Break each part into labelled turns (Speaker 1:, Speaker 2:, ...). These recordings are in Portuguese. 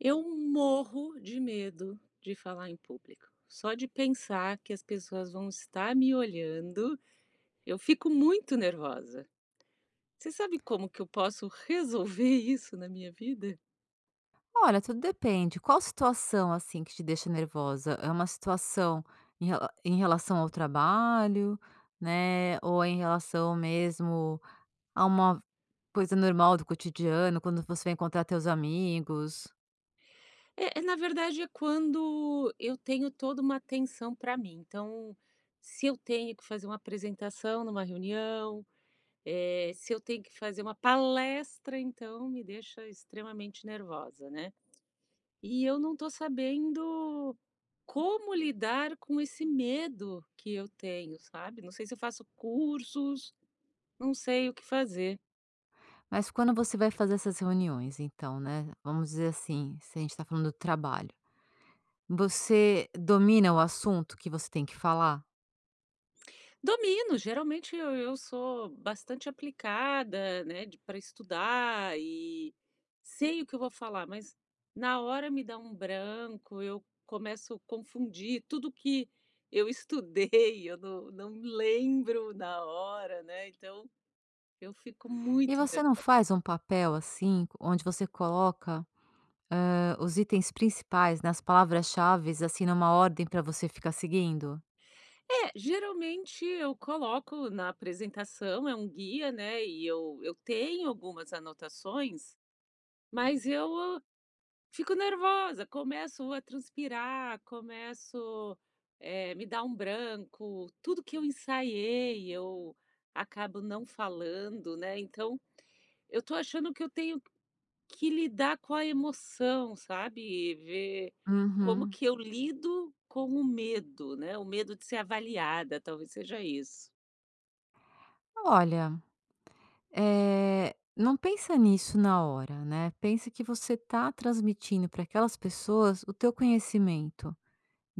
Speaker 1: Eu morro de medo de falar em público. Só de pensar que as pessoas vão estar me olhando, eu fico muito nervosa. Você sabe como que eu posso resolver isso na minha vida?
Speaker 2: Olha, tudo depende. Qual situação, assim, que te deixa nervosa? É uma situação em rela em relação ao trabalho, né, ou é em relação mesmo a uma coisa normal do cotidiano, quando você vai encontrar teus amigos?
Speaker 1: Na verdade, é quando eu tenho toda uma atenção para mim. Então, se eu tenho que fazer uma apresentação numa reunião, se eu tenho que fazer uma palestra, então me deixa extremamente nervosa, né? E eu não estou sabendo como lidar com esse medo que eu tenho, sabe? Não sei se eu faço cursos, não sei o que fazer.
Speaker 2: Mas quando você vai fazer essas reuniões então, né, vamos dizer assim, se a gente está falando do trabalho, você domina o assunto que você tem que falar?
Speaker 1: Domino, geralmente eu sou bastante aplicada, né, para estudar e sei o que eu vou falar, mas na hora me dá um branco, eu começo a confundir tudo que eu estudei, eu não lembro na hora, né? Então eu fico
Speaker 2: E
Speaker 1: muito
Speaker 2: você não
Speaker 1: nervosa.
Speaker 2: faz um papel, assim, onde você coloca os itens principais, nas palavras-chaves, assim, numa ordem para você ficar seguindo?
Speaker 1: É, geralmente eu coloco na apresentação, é um guia, né, e eu tenho algumas anotações, mas eu fico nervosa, começo a transpirar, começo me dar um branco, tudo que eu ensaiei eu acabo não falando, né, então eu tô achando que eu tenho que lidar com a emoção, sabe, ver como
Speaker 2: Uhum.
Speaker 1: que eu lido com o medo, né, o medo de ser avaliada, talvez seja isso.
Speaker 2: Olha, não pensa nisso na hora, né, pensa que você está transmitindo para aquelas pessoas o teu conhecimento.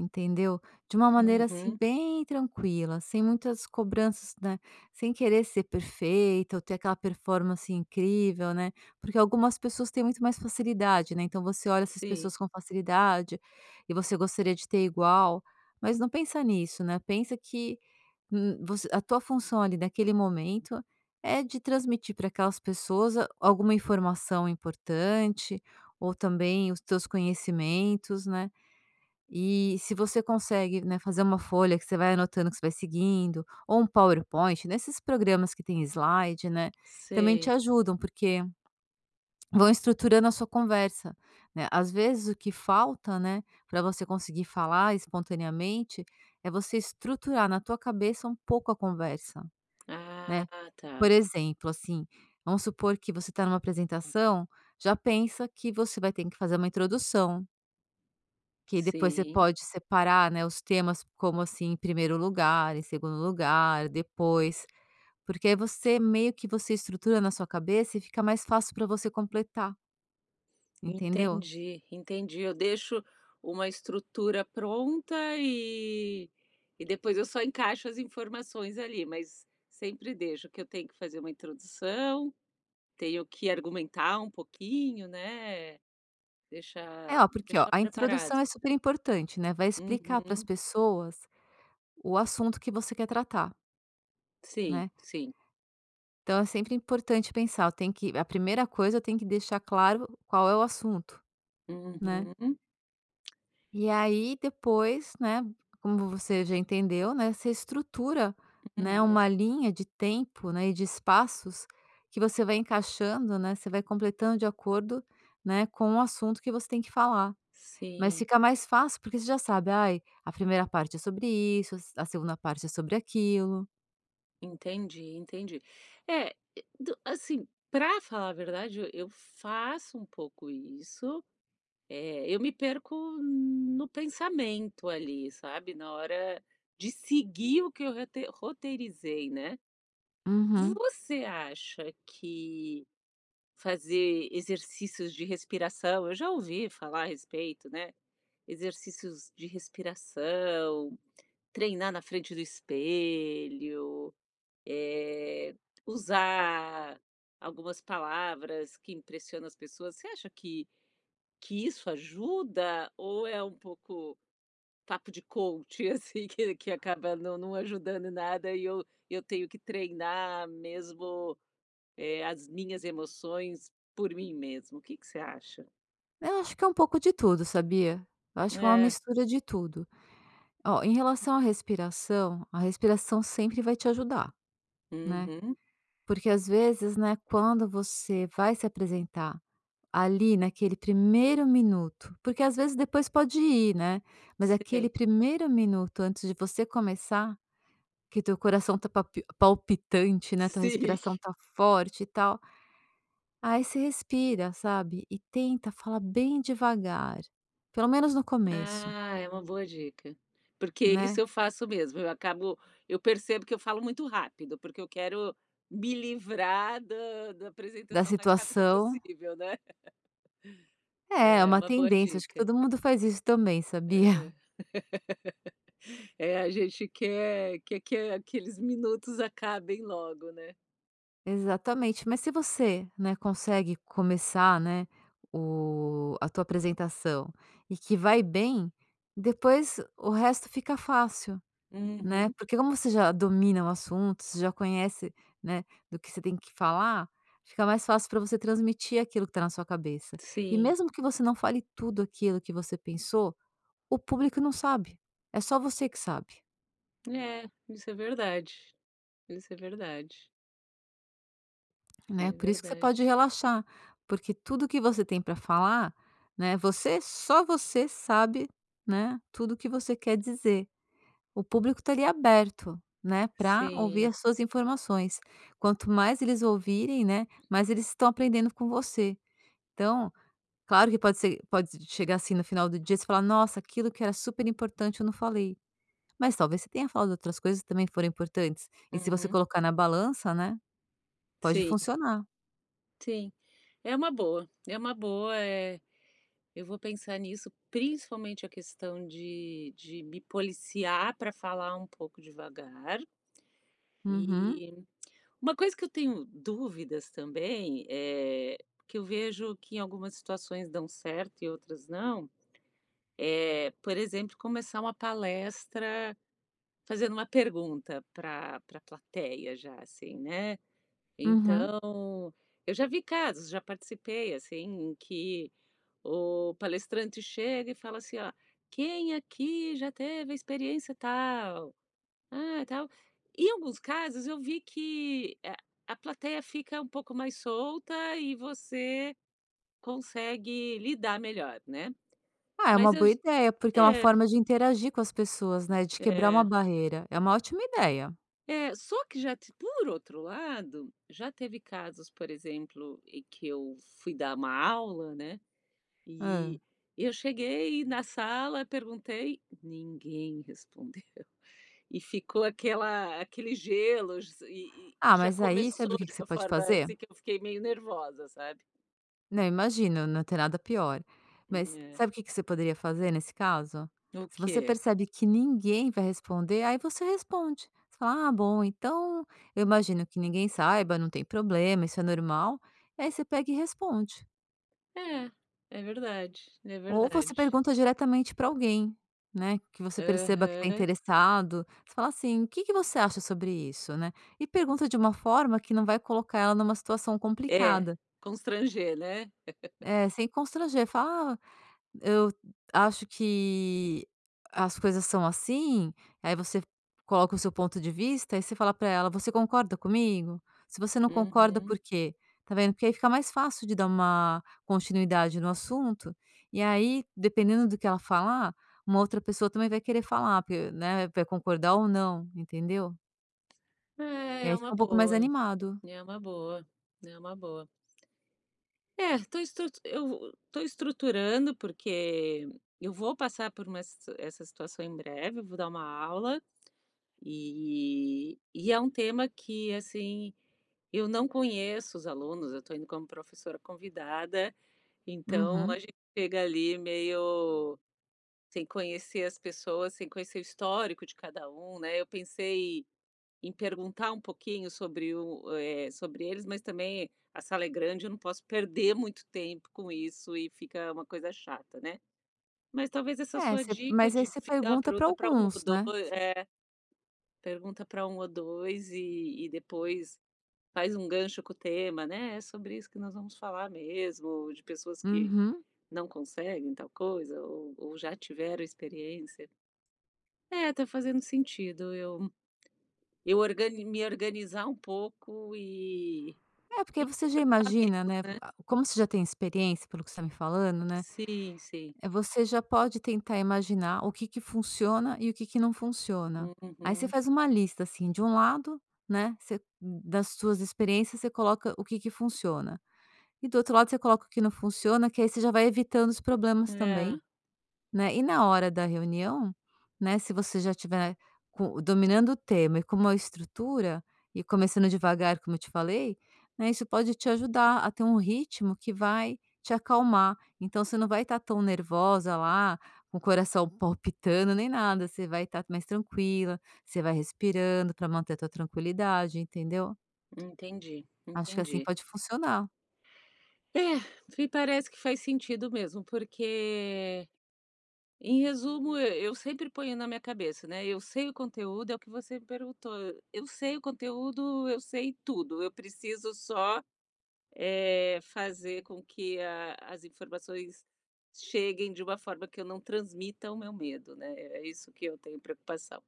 Speaker 2: Entendeu? De uma maneira, assim,
Speaker 1: Uhum.
Speaker 2: bem tranquila, sem muitas cobranças, né, sem querer ser perfeita ou ter aquela performance incrível, né, porque algumas pessoas têm muito mais facilidade, né, então você olha essas
Speaker 1: Sim,
Speaker 2: pessoas com facilidade e você gostaria de ter igual, mas não pensa nisso, né, pensa que, você a tua função ali naquele momento é de transmitir para aquelas pessoas a alguma informação importante ou também os teus conhecimentos, né. E se você consegue, né, fazer uma folha que você vai anotando que você vai seguindo, ou um PowerPoint, nesses programas que tem slide, né, também te
Speaker 1: sei.
Speaker 2: ajudam, porque vão estruturando a sua conversa, né. Às vezes o que falta, né, pra você conseguir falar espontaneamente, é você estruturar na tua cabeça um pouco a conversa, né.
Speaker 1: Ah, tá.
Speaker 2: Por exemplo, assim, vamos supor que você está numa apresentação, já pensa que você vai ter que fazer uma introdução, que depois você
Speaker 1: Sim,
Speaker 2: pode separar, né, os temas como assim, em primeiro lugar, em segundo lugar, depois, porque aí você meio que você estrutura na sua cabeça e fica mais fácil para você completar, entendeu?
Speaker 1: entendi, entendi. Eu deixo uma estrutura pronta e depois eu só encaixo as informações ali, mas sempre deixo que eu tenho que fazer uma introdução, tenho que argumentar um pouquinho, né,
Speaker 2: É,
Speaker 1: deixar
Speaker 2: ó, porque ó,
Speaker 1: deixar
Speaker 2: a introdução
Speaker 1: preparado.
Speaker 2: é super importante, né? Vai explicar para as
Speaker 1: Uhum.
Speaker 2: pessoas o assunto que você quer tratar,
Speaker 1: Sim,
Speaker 2: né?
Speaker 1: sim.
Speaker 2: Então é sempre importante pensar, tem que a primeira coisa tem que deixar claro qual é o assunto, né?
Speaker 1: Uhum,
Speaker 2: E aí depois, né, como você já entendeu, né, você estrutura, né,
Speaker 1: uhum.
Speaker 2: uma linha de tempo, né, e de espaços que você vai encaixando, né, você vai completando de acordo, né, com o assunto que você tem que falar. Mas
Speaker 1: Sim.
Speaker 2: fica mais fácil porque você já sabe: "Ai, a primeira parte é sobre isso, a segunda parte é sobre aquilo".
Speaker 1: Entendi, entendi. É, do assim, para falar a verdade, eu faço um pouco isso, eu me perco no pensamento ali, sabe, na hora de seguir o que eu roteirizei, né.
Speaker 2: Uhum.
Speaker 1: Você acha que fazer exercícios de respiração eu já ouvi falar a respeito, né, exercícios de respiração, treinar na frente do espelho eh, usar algumas palavras que impressionam as pessoas, você acha que isso ajuda ou é um pouco papo de coach, assim, que acaba não ajudando em nada e eu tenho que treinar mesmo, as minhas emoções por mim mesmo? O que que você acha?
Speaker 2: Eu acho que é um pouco de tudo, sabia? Eu acho que é uma
Speaker 1: É.
Speaker 2: mistura de tudo. Ó, em relação à respiração, a respiração sempre vai te ajudar, né?
Speaker 1: Uhum.
Speaker 2: Porque às vezes, né, quando você vai se apresentar ali naquele primeiro minuto, porque às vezes depois pode ir, né, mas aquele
Speaker 1: Sei.
Speaker 2: primeiro minuto antes de você começar, que teu coração tá papi palpitante, né, tua
Speaker 1: Sim.
Speaker 2: respiração tá forte e tal, aí você respira, sabe, e tenta falar bem devagar, pelo menos no começo,
Speaker 1: Ah, é uma boa dica. Porque isso
Speaker 2: né,
Speaker 1: eu faço mesmo, eu percebo que eu falo muito rápido, porque eu quero me livrar da
Speaker 2: da
Speaker 1: apresentação o mais rápido
Speaker 2: situação.
Speaker 1: possível, né.
Speaker 2: É, é
Speaker 1: É,
Speaker 2: uma
Speaker 1: uma boa
Speaker 2: tendência, acho que
Speaker 1: dica.
Speaker 2: todo mundo faz isso também, sabia?
Speaker 1: Aham. É, a gente quer que aqueles minutos acabem logo, né.
Speaker 2: Exatamente. Mas se você, né, consegue começar, né, o a tua apresentação e que vai bem, depois o resto fica fácil, né,
Speaker 1: Uhum.
Speaker 2: porque como você já domina o assunto, você já conhece, né, do que você tem que falar, fica mais fácil para você transmitir aquilo que está na sua cabeça. E
Speaker 1: Sim.
Speaker 2: mesmo que você não fale tudo aquilo que você pensou, o público não sabe. É só você que sabe.
Speaker 1: É, isso é verdade. Isso é verdade. É
Speaker 2: Né, por isso que você
Speaker 1: verdade.
Speaker 2: pode relaxar, porque tudo que você tem para falar, né, você só você sabe, né, tudo que você quer dizer. O público está ali aberto, né, para ouvir
Speaker 1: Sim.
Speaker 2: as suas informações. Quanto mais eles ouvirem, né, mais eles estão aprendendo com você. Então, claro que pode ser pode chegar assim no final do dia e falar: "Nossa, aquilo que era super importante eu não falei". Mas talvez você tenha falado outras coisas que também foram importantes. E se você
Speaker 1: Uhum.
Speaker 2: colocar na balança, né, pode
Speaker 1: Sim,
Speaker 2: funcionar.
Speaker 1: sim. É uma boa, eh. Eu vou pensar nisso, principalmente a questão de me policiar para falar um pouco devagar.
Speaker 2: Uhum,
Speaker 1: E uma coisa que eu tenho dúvidas também, é que eu vejo que em algumas situações dão certo e outras não, é, por exemplo, começar uma palestra fazendo uma pergunta para pra plateia já, assim, né.
Speaker 2: uhum.
Speaker 1: Então, eu já vi casos, já participei, assim, em que o palestrante chega e fala assim: "Ó, quem aqui já teve a experiência tal? Ah, tal". Em alguns casos eu vi que a plateia fica um pouco mais solta e você consegue lidar melhor, né.
Speaker 2: Ah, é uma
Speaker 1: Mas eu
Speaker 2: boa
Speaker 1: j
Speaker 2: ideia, porque é uma
Speaker 1: é,
Speaker 2: forma de interagir com as pessoas, né, de quebrar uma
Speaker 1: é,
Speaker 2: barreira. É uma ótima ideia.
Speaker 1: é. Só que já te por outro lado, já teve casos, por exemplo, em que eu fui dar uma aula, né,
Speaker 2: Hã.
Speaker 1: e eu cheguei na sala, perguntei, ninguém respondeu. E ficou aquela aquele gelo e
Speaker 2: Ah,
Speaker 1: já
Speaker 2: mas aí sabe
Speaker 1: começou
Speaker 2: o que
Speaker 1: de
Speaker 2: que você
Speaker 1: uma
Speaker 2: pode
Speaker 1: forma,
Speaker 2: fazer?
Speaker 1: assim, que eu fiquei meio nervosa, sabe.
Speaker 2: Não, imagino, não tem nada pior. Mas
Speaker 1: É.
Speaker 2: sabe o que que você poderia fazer nesse caso?
Speaker 1: O
Speaker 2: Se você
Speaker 1: quê?
Speaker 2: percebe que ninguém vai responder, aí você responde. Você fala: "Ah, bom, então eu imagino que ninguém saiba, não tem problema, isso é normal". Aí você pega e responde.
Speaker 1: É, é verdade, é
Speaker 2: Ou você
Speaker 1: verdade.
Speaker 2: pergunta diretamente para alguém, né, que você perceba que está
Speaker 1: Aham.
Speaker 2: interessado, você fala assim: "O que que você acha sobre isso?", né, e pergunta de uma forma que não vai colocar ela numa situação
Speaker 1: É,
Speaker 2: complicada.
Speaker 1: constranger, né.
Speaker 2: É, sem constranger, fala: "Ah, eu acho que as coisas são assim, aí você coloca o seu ponto de vista e você fala pra ela: "Você concorda comigo? Se você não concorda,
Speaker 1: Uhum.
Speaker 2: por quê?". Tá vendo? Porque aí fica mais fácil de dar uma continuidade no assunto, e aí, dependendo do que ela falar, uma outra pessoa também vai querer falar, porque, né, vai concordar ou não, entendeu?
Speaker 1: É,
Speaker 2: E
Speaker 1: é
Speaker 2: aí
Speaker 1: uma
Speaker 2: fica um pouco mais
Speaker 1: boa,
Speaker 2: animado.
Speaker 1: é uma boa, é uma boa. É, tô estru eu tô estruturando, porque eu vou passar por uma situ essa situação em breve, eu vou dar uma aula. E é um tema que, assim, eu não conheço os alunos, eu estou indo como professora convidada, então a
Speaker 2: Uhum.
Speaker 1: gente chega ali meio sem conhecer as pessoas, sem conhecer o histórico de cada um, né. Eu pensei em perguntar um pouquinho sobre sobre eles, mas também a sala é grande, eu não posso perder muito tempo com isso e fica uma coisa chata, né. Mas talvez essa
Speaker 2: É,
Speaker 1: sua
Speaker 2: você
Speaker 1: dica
Speaker 2: mas aí
Speaker 1: de
Speaker 2: você
Speaker 1: ficar a
Speaker 2: pergunta pra
Speaker 1: pergunta para um
Speaker 2: alguns,
Speaker 1: ou
Speaker 2: né.
Speaker 1: 2,
Speaker 2: Você
Speaker 1: é. Pergunta para um ou 2 e depois faz um gancho com o tema, né, "É sobre isso que nós vamos falar mesmo", de pessoas que
Speaker 2: uhum.
Speaker 1: não conseguem tal coisa ou já tiveram experiência. É, tá fazendo sentido eu organi me organizar um pouco
Speaker 2: É, porque
Speaker 1: e
Speaker 2: você já
Speaker 1: ficar
Speaker 2: imagina,
Speaker 1: menos,
Speaker 2: né, vo
Speaker 1: né.
Speaker 2: a como você já tem experiência, pelo que você está me falando, né,
Speaker 1: Sim, sim.
Speaker 2: é você já pode tentar imaginar o que que funciona e o que que não funciona. Aí você
Speaker 1: Uhum.
Speaker 2: faz uma lista, assim, de um lado, né, você das suas experiências, você coloca o que que funciona. E do outro lado você coloca o que não funciona, que aí você já vai evitando os problemas
Speaker 1: É,
Speaker 2: também. Né, e na hora da reunião, né, se você já tiver co dominando o tema e com uma estrutura, e começando devagar como eu te falei, né, isso pode te ajudar a ter um ritmo que vai te acalmar. Então você não vai estar tão nervosa lá, com o coração palpitando nem nada, você vai estar mais tranquila, você vai respirando para manter a tua tranquilidade, entendeu?
Speaker 1: entendi,
Speaker 2: Acho que assim
Speaker 1: entendi.
Speaker 2: pode funcionar.
Speaker 1: É, fi parece que faz sentido mesmo, porque em resumo, e eu sempre ponho na minha cabeça, né, eu sei o conteúdo, é o que você me perguntou, eu sei o conteúdo, eu sei tudo, eu preciso só, fazer com que a as informações cheguem de uma forma que eu não transmita o meu medo, né, é isso que eu tenho preocupação.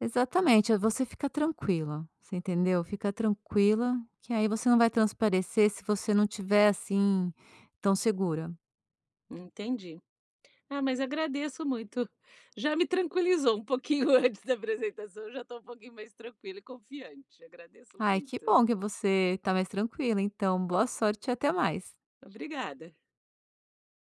Speaker 2: Exatamente, aí você fica tranquila, você entendeu? Fica tranquila, que aí você não vai transparecer se você não tiver, assim, tão segura.
Speaker 1: Entendi. Ah, mas agradeço muito. Já me tranquilizou um pouquinho antes da apresentação, eu já estou um pouquinho mais tranquila e confiante. Agradeço
Speaker 2: Ai, que
Speaker 1: muito.
Speaker 2: bom que você tá mais tranquila, então boa sorte e até mais.
Speaker 1: Obrigada.